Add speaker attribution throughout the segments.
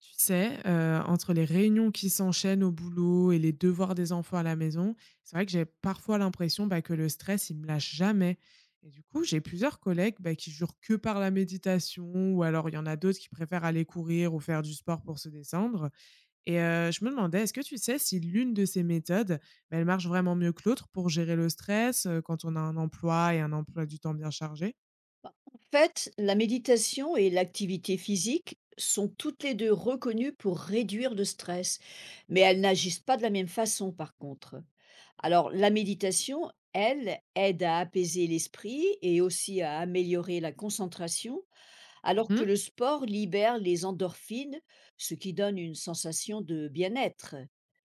Speaker 1: Tu sais, entre les réunions qui s'enchaînent au boulot et les devoirs des enfants à la maison, c'est vrai que j'ai parfois l'impression, bah, que le stress, il me lâche jamais et du coup, j'ai plusieurs collègues, bah, qui jurent que par la méditation ou alors il y en a d'autres qui préfèrent aller courir ou faire du sport pour se détendre et je me demandais, est-ce que tu sais si l'une de ces méthodes, bah, elle marche vraiment mieux que l'autre pour gérer le stress, quand on a un emploi et un emploi du temps bien chargé?
Speaker 2: En fait, la méditation et l'activité physique sont toutes les deux reconnues pour réduire le stress, mais elles n'agissent pas de la même façon par contre. Alors la méditation, elle, aide à apaiser l'esprit et aussi à améliorer la concentration, alors que
Speaker 1: Mmh.
Speaker 2: le sport libère les endorphines, ce qui donne une sensation de bien-être.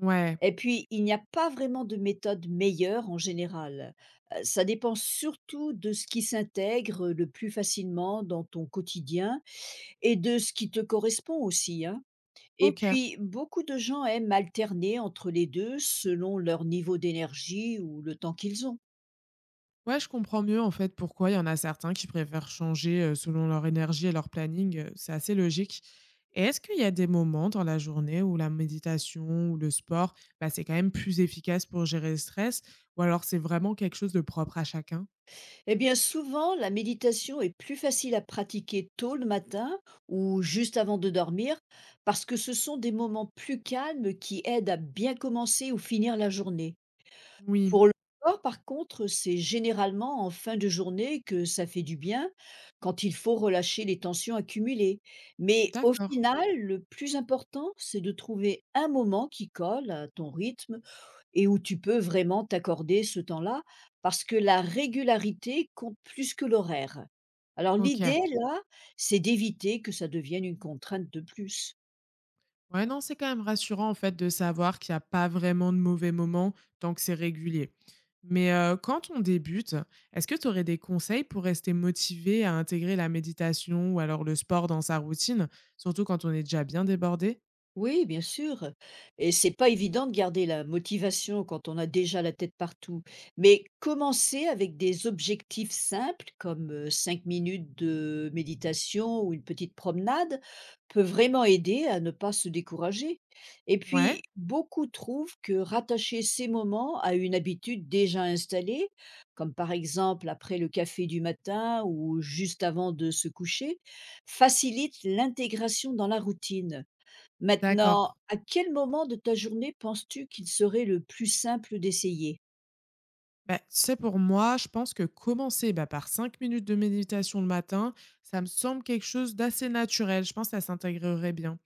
Speaker 1: Ouais.
Speaker 2: Et puis, il n'y a pas vraiment de méthode meilleure en général. Ça dépend surtout de ce qui s'intègre le plus facilement dans ton quotidien et de ce qui te correspond aussi, hein. Et
Speaker 1: OK.
Speaker 2: puis, beaucoup de gens aiment alterner entre les 2 selon leur niveau d'énergie ou le temps qu'ils ont.
Speaker 1: Ouais, je comprends mieux en fait pourquoi il y en a certains qui préfèrent changer selon leur énergie et leur planning. C'est assez logique. Et est-ce qu'il y a des moments dans la journée où la méditation ou le sport, bah, c'est quand même plus efficace pour gérer le stress? Ou alors c'est vraiment quelque chose de propre à chacun?
Speaker 2: Eh bien, souvent, la méditation est plus facile à pratiquer tôt le matin ou juste avant de dormir parce que ce sont des moments plus calmes qui aident à bien commencer ou finir la journée.
Speaker 1: Oui.
Speaker 2: Pour le corps, par contre, c'est généralement en fin de journée que ça fait du bien, quand il faut relâcher les tensions accumulées. Mais au
Speaker 1: D'accord.
Speaker 2: final, le plus important, c'est de trouver un moment qui colle à ton rythme et où tu peux vraiment t'accorder ce temps-là, parce que la régularité compte plus que l'horaire. Alors
Speaker 1: Ok.
Speaker 2: l'idée, là, c'est d'éviter que ça devienne une contrainte de plus.
Speaker 1: Ouais, non, c'est quand même rassurant en fait de savoir qu'il y a pas vraiment de mauvais moments tant que c'est régulier. Mais quand on débute, est-ce que tu aurais des conseils pour rester motivé à intégrer la méditation ou alors le sport dans sa routine, surtout quand on est déjà bien débordé?
Speaker 2: Oui, bien sûr. Et c'est pas évident de garder la motivation quand on a déjà la tête partout. Mais commencer avec des objectifs simples, comme 5 minutes de méditation ou une petite promenade, peut vraiment aider à ne pas se décourager. Et puis,
Speaker 1: Ouais?
Speaker 2: beaucoup trouvent que rattacher ces moments à une habitude déjà installée, comme par exemple après le café du matin ou juste avant de se coucher, facilite l'intégration dans la routine.
Speaker 1: D'accord.
Speaker 2: Maintenant, à quel moment de ta journée penses-tu qu'il serait le plus simple d'essayer?
Speaker 1: Bah, c'est pour moi, je pense que commencer, bah, par 5 minutes de méditation le matin, ça me semble quelque chose d'assez naturel. Je pense que ça s'intégrerait bien.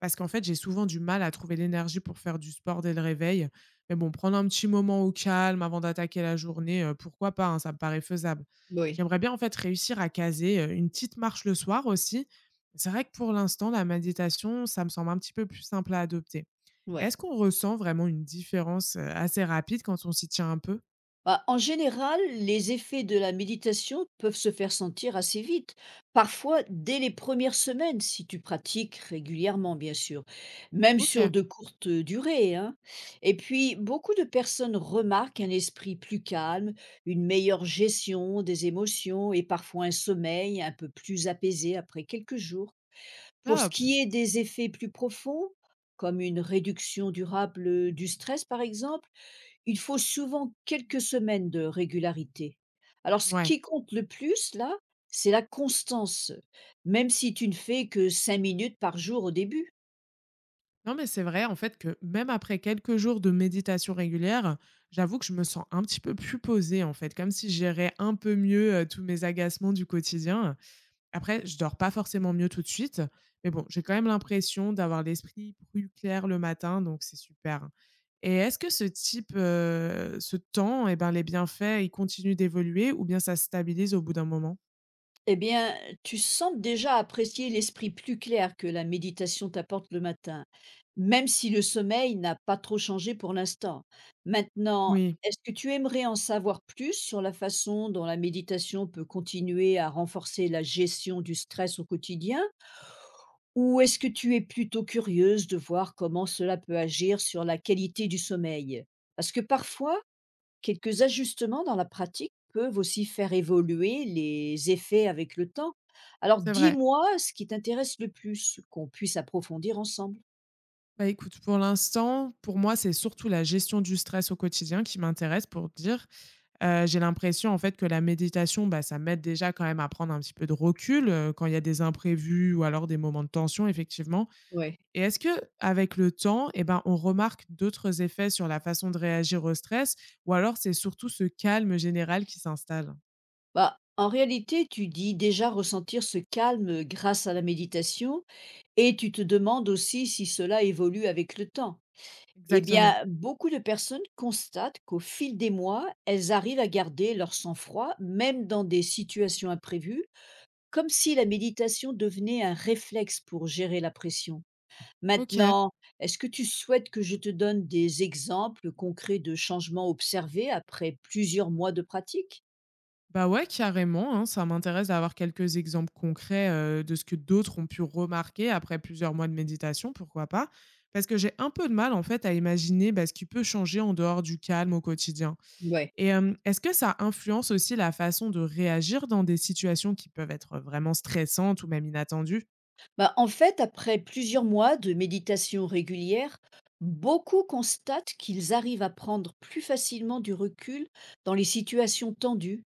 Speaker 1: Parce qu'en fait, j'ai souvent du mal à trouver l'énergie pour faire du sport dès le réveil. Mais bon, prendre un petit moment au calme avant d'attaquer la journée, pourquoi pas, hein, ça me paraît faisable.
Speaker 2: Oui,
Speaker 1: J'aimerais bien en fait réussir à caser, une petite marche le soir aussi. C'est vrai que pour l'instant, la méditation, ça me semble un petit peu plus simple à adopter.
Speaker 2: ouais.
Speaker 1: Est-ce qu'on ressent vraiment une différence, assez rapide quand on s'y tient un peu?
Speaker 2: Bah, en général, les effets de la méditation peuvent se faire sentir assez vite, parfois dès les premières semaines, si tu pratiques régulièrement, bien sûr, même sur
Speaker 1: OK.
Speaker 2: de courtes durées, hein. Et puis, beaucoup de personnes remarquent un esprit plus calme, une meilleure gestion des émotions et parfois un sommeil un peu plus apaisé après quelques jours. Pour ce
Speaker 1: Top.
Speaker 2: qui est des effets plus profonds, comme une réduction durable du stress par exemple, il faut souvent quelques semaines de régularité. Alors ce
Speaker 1: Ouais.
Speaker 2: qui compte le plus là, c'est la constance, même si tu ne fais que 5 minutes par jour au début.
Speaker 1: Non, mais c'est vrai en fait que même après quelques jours de méditation régulière, j'avoue que je me sens un petit peu plus posée en fait, comme si je gérais un peu mieux, tous mes agacements du quotidien. Après, je dors pas forcément mieux tout de suite, mais bon, j'ai quand même l'impression d'avoir l'esprit plus clair le matin, donc c'est super. Et est-ce que ce type, ce temps eh ben, les bienfaits, ils continuent d'évoluer ou bien ça se stabilise au bout d'un moment?
Speaker 2: Eh bien, tu sembles déjà apprécier l'esprit plus clair que la méditation t'apporte le matin, même si le sommeil n'a pas trop changé pour l'instant. Maintenant,
Speaker 1: Oui,
Speaker 2: est-ce que tu aimerais en savoir plus sur la façon dont la méditation peut continuer à renforcer la gestion du stress au quotidien? Ou est-ce que tu es plutôt curieuse de voir comment cela peut agir sur la qualité du sommeil? Parce que parfois, quelques ajustements dans la pratique peuvent aussi faire évoluer les effets avec le temps. Alors
Speaker 1: c'est vrai.
Speaker 2: dis-moi ce qui t'intéresse le plus, qu'on puisse approfondir ensemble.
Speaker 1: Bah, écoute, pour l'instant, pour moi, c'est surtout la gestion du stress au quotidien qui m'intéresse pour te dire. J'ai l'impression en fait que la méditation, bah, ça m'aide déjà quand même à prendre un petit peu de recul, quand il y a des imprévus ou alors des moments de tension effectivement.
Speaker 2: Ouais.
Speaker 1: Et est-ce que avec le temps, eh ben, on remarque d'autres effets sur la façon de réagir au stress ou alors c'est surtout ce calme général qui s'installe?
Speaker 2: Bah, en réalité, tu dis déjà ressentir ce calme grâce à la méditation et tu te demandes aussi si cela évolue avec le temps. Eh
Speaker 1: Exactement.
Speaker 2: bien, beaucoup de personnes constatent qu'au fil des mois, elles arrivent à garder leur sang-froid, même dans des situations imprévues, comme si la méditation devenait un réflexe pour gérer la pression.
Speaker 1: OK.
Speaker 2: Maintenant, est-ce que tu souhaites que je te donne des exemples concrets de changements observés après plusieurs mois de pratique?
Speaker 1: Bah ouais, carrément, hein, ça m'intéresse d'avoir quelques exemples concrets, de ce que d'autres ont pu remarquer après plusieurs mois de méditation, pourquoi pas? Parce que j'ai un peu de mal, en fait, à imaginer, bah, ce qui peut changer en dehors du calme au quotidien
Speaker 2: Ouais.
Speaker 1: et est-ce que ça influence aussi la façon de réagir dans des situations qui peuvent être vraiment stressantes ou même inattendues?
Speaker 2: Bah, en fait, après plusieurs mois de méditation régulière, beaucoup constatent qu'ils arrivent à prendre plus facilement du recul dans les situations tendues,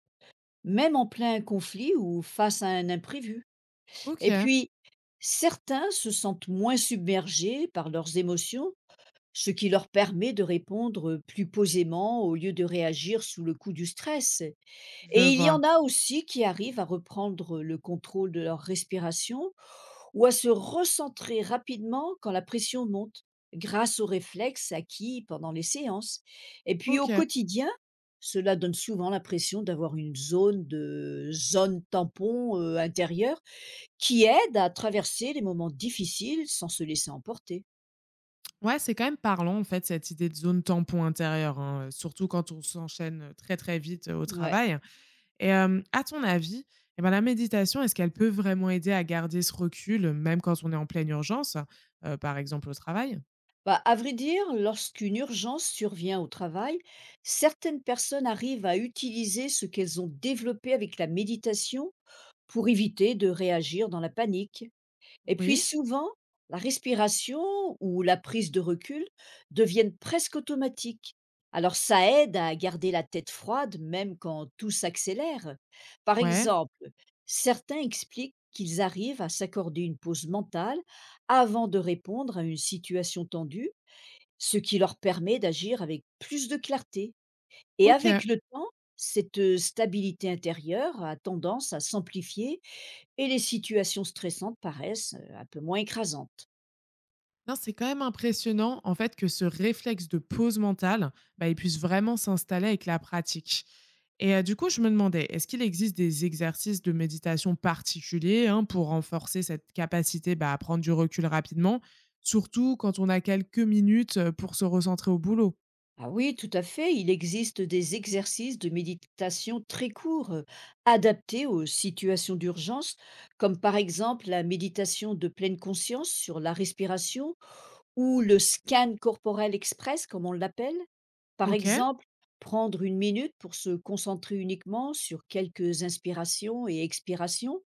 Speaker 2: même en plein conflit ou face à un imprévu. Et
Speaker 1: OK.
Speaker 2: puis, certains se sentent moins submergés par leurs émotions, ce qui leur permet de répondre plus posément au lieu de réagir sous le coup du stress.
Speaker 1: Je
Speaker 2: Et il y en
Speaker 1: vois.
Speaker 2: a aussi qui arrivent à reprendre le contrôle de leur respiration ou à se recentrer rapidement quand la pression monte, grâce aux réflexes acquis pendant les séances. Et puis au
Speaker 1: OK.
Speaker 2: quotidien, cela donne souvent l'impression d'avoir une zone tampon intérieure qui aide à traverser les moments difficiles sans se laisser emporter.
Speaker 1: Ouais, c'est quand même parlant, en fait, cette idée de zone tampon intérieure, hein, surtout quand on s'enchaîne, très, très vite, au
Speaker 2: Ouais.
Speaker 1: travail. Et à ton avis, et ben, la méditation, est-ce qu'elle peut vraiment aider à garder ce recul, même quand on est en pleine urgence, par exemple au travail?
Speaker 2: Bah, à vrai dire, lorsqu'une urgence survient au travail, certaines personnes arrivent à utiliser ce qu'elles ont développé avec la méditation pour éviter de réagir dans la panique. Et puis
Speaker 1: Oui.
Speaker 2: souvent, la respiration ou la prise de recul deviennent presque automatiques. Alors ça aide à garder la tête froide même quand tout s'accélère. Par
Speaker 1: Ouais.
Speaker 2: exemple, certains expliquent qu'ils arrivent à s'accorder une pause mentale avant de répondre à une situation tendue, ce qui leur permet d'agir avec plus de clarté. Et
Speaker 1: OK.
Speaker 2: avec le temps, cette stabilité intérieure a tendance à s'amplifier et les situations stressantes paraissent, un peu moins écrasantes.
Speaker 1: Non, c'est quand même impressionnant, en fait, que ce réflexe de pause mentale, bah, il puisse vraiment s'installer avec la pratique. Et du coup, je me demandais, est-ce qu'il existe des exercices de méditation particuliers, hein, pour renforcer cette capacité, bah, à prendre du recul rapidement, surtout quand on a quelques minutes, pour se recentrer au boulot?
Speaker 2: Ah oui, tout à fait, il existe des exercices de méditation très courts, adaptés aux situations d'urgence, comme par exemple la méditation de pleine conscience sur la respiration ou le scan corporel express, comme on l'appelle. Par
Speaker 1: OK.
Speaker 2: exemple, prendre 1 minute pour se concentrer uniquement sur quelques inspirations et expirations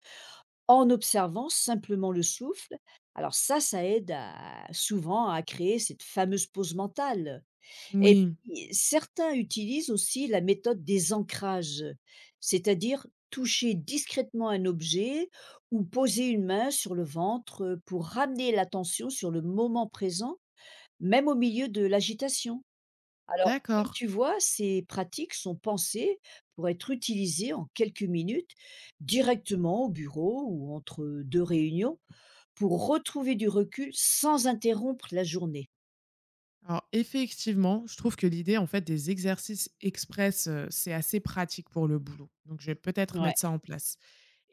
Speaker 2: en observant simplement le souffle. Alors ça souvent à créer cette fameuse pause mentale. Et
Speaker 1: Oui.
Speaker 2: puis, certains utilisent aussi la méthode des ancrages, c'est-à-dire toucher discrètement un objet ou poser une main sur le ventre pour ramener l'attention sur le moment présent même au milieu de l'agitation. Alors, comme
Speaker 1: D'accord.
Speaker 2: tu vois, ces pratiques sont pensées pour être utilisées en quelques minutes, directement au bureau ou entre 2 réunions, pour retrouver du recul sans interrompre la journée.
Speaker 1: Alors effectivement, je trouve que l'idée en fait des exercices express, c'est assez pratique pour le boulot. Donc je vais peut-être
Speaker 2: Ouais.
Speaker 1: mettre ça en place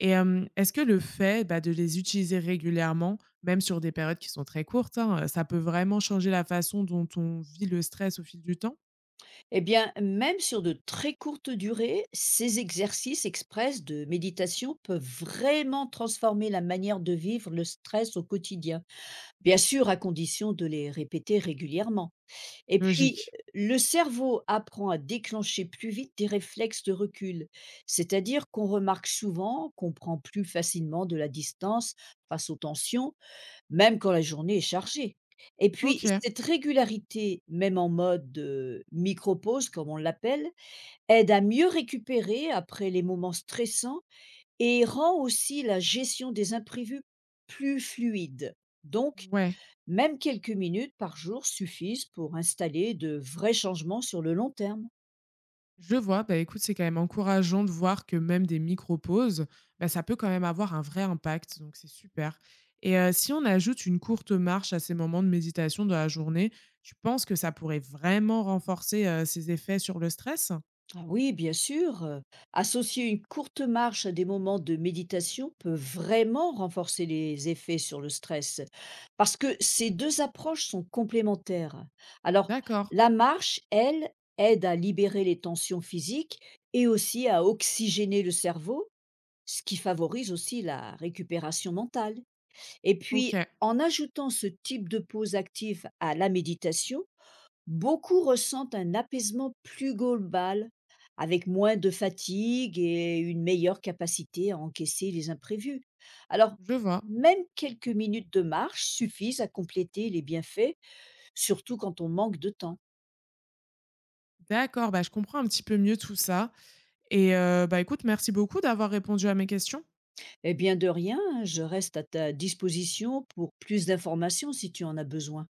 Speaker 1: et est-ce que le fait, bah, de les utiliser régulièrement, même sur des périodes qui sont très courtes, hein, ça peut vraiment changer la façon dont on vit le stress au fil du temps?
Speaker 2: Eh bien, même sur de très courtes durées, ces exercices express de méditation peuvent vraiment transformer la manière de vivre le stress au quotidien, bien sûr à condition de les répéter régulièrement. Et puis,
Speaker 1: Logique.
Speaker 2: le cerveau apprend à déclencher plus vite des réflexes de recul, c'est-à-dire qu'on remarque souvent qu'on prend plus facilement de la distance face aux tensions, même quand la journée est chargée. Et puis,
Speaker 1: OK.
Speaker 2: cette régularité, même en mode micro-pause, comme on l'appelle, aide à mieux récupérer après les moments stressants et rend aussi la gestion des imprévus plus fluide. Donc,
Speaker 1: Ouais.
Speaker 2: même quelques minutes par jour suffisent pour installer de vrais changements sur le long terme.
Speaker 1: Je vois, bah, écoute, c'est quand même encourageant de voir que même des micro-pauses, bah, ça peut quand même avoir un vrai impact, donc c'est super. Et si on ajoute une courte marche à ces moments de méditation de la journée, tu penses que ça pourrait vraiment renforcer, ses effets sur le stress?
Speaker 2: Ah oui, bien sûr, associer une courte marche à des moments de méditation peut vraiment renforcer les effets sur le stress, parce que ces deux approches sont complémentaires. Alors,
Speaker 1: D'accord.
Speaker 2: la marche, elle, aide à libérer les tensions physiques et aussi à oxygéner le cerveau, ce qui favorise aussi la récupération mentale. Et
Speaker 1: OK.
Speaker 2: puis, en ajoutant ce type de pause active à la méditation, beaucoup ressentent un apaisement plus global, avec moins de fatigue et une meilleure capacité à encaisser les imprévus. Alors,
Speaker 1: Je vois.
Speaker 2: même quelques minutes de marche suffisent à compléter les bienfaits, surtout quand on manque de temps.
Speaker 1: D'accord, bah, je comprends un petit peu mieux tout ça et bah, écoute, merci beaucoup d'avoir répondu à mes questions.
Speaker 2: Eh bien, de rien, hein, je reste à ta disposition pour plus d'informations si tu en as besoin.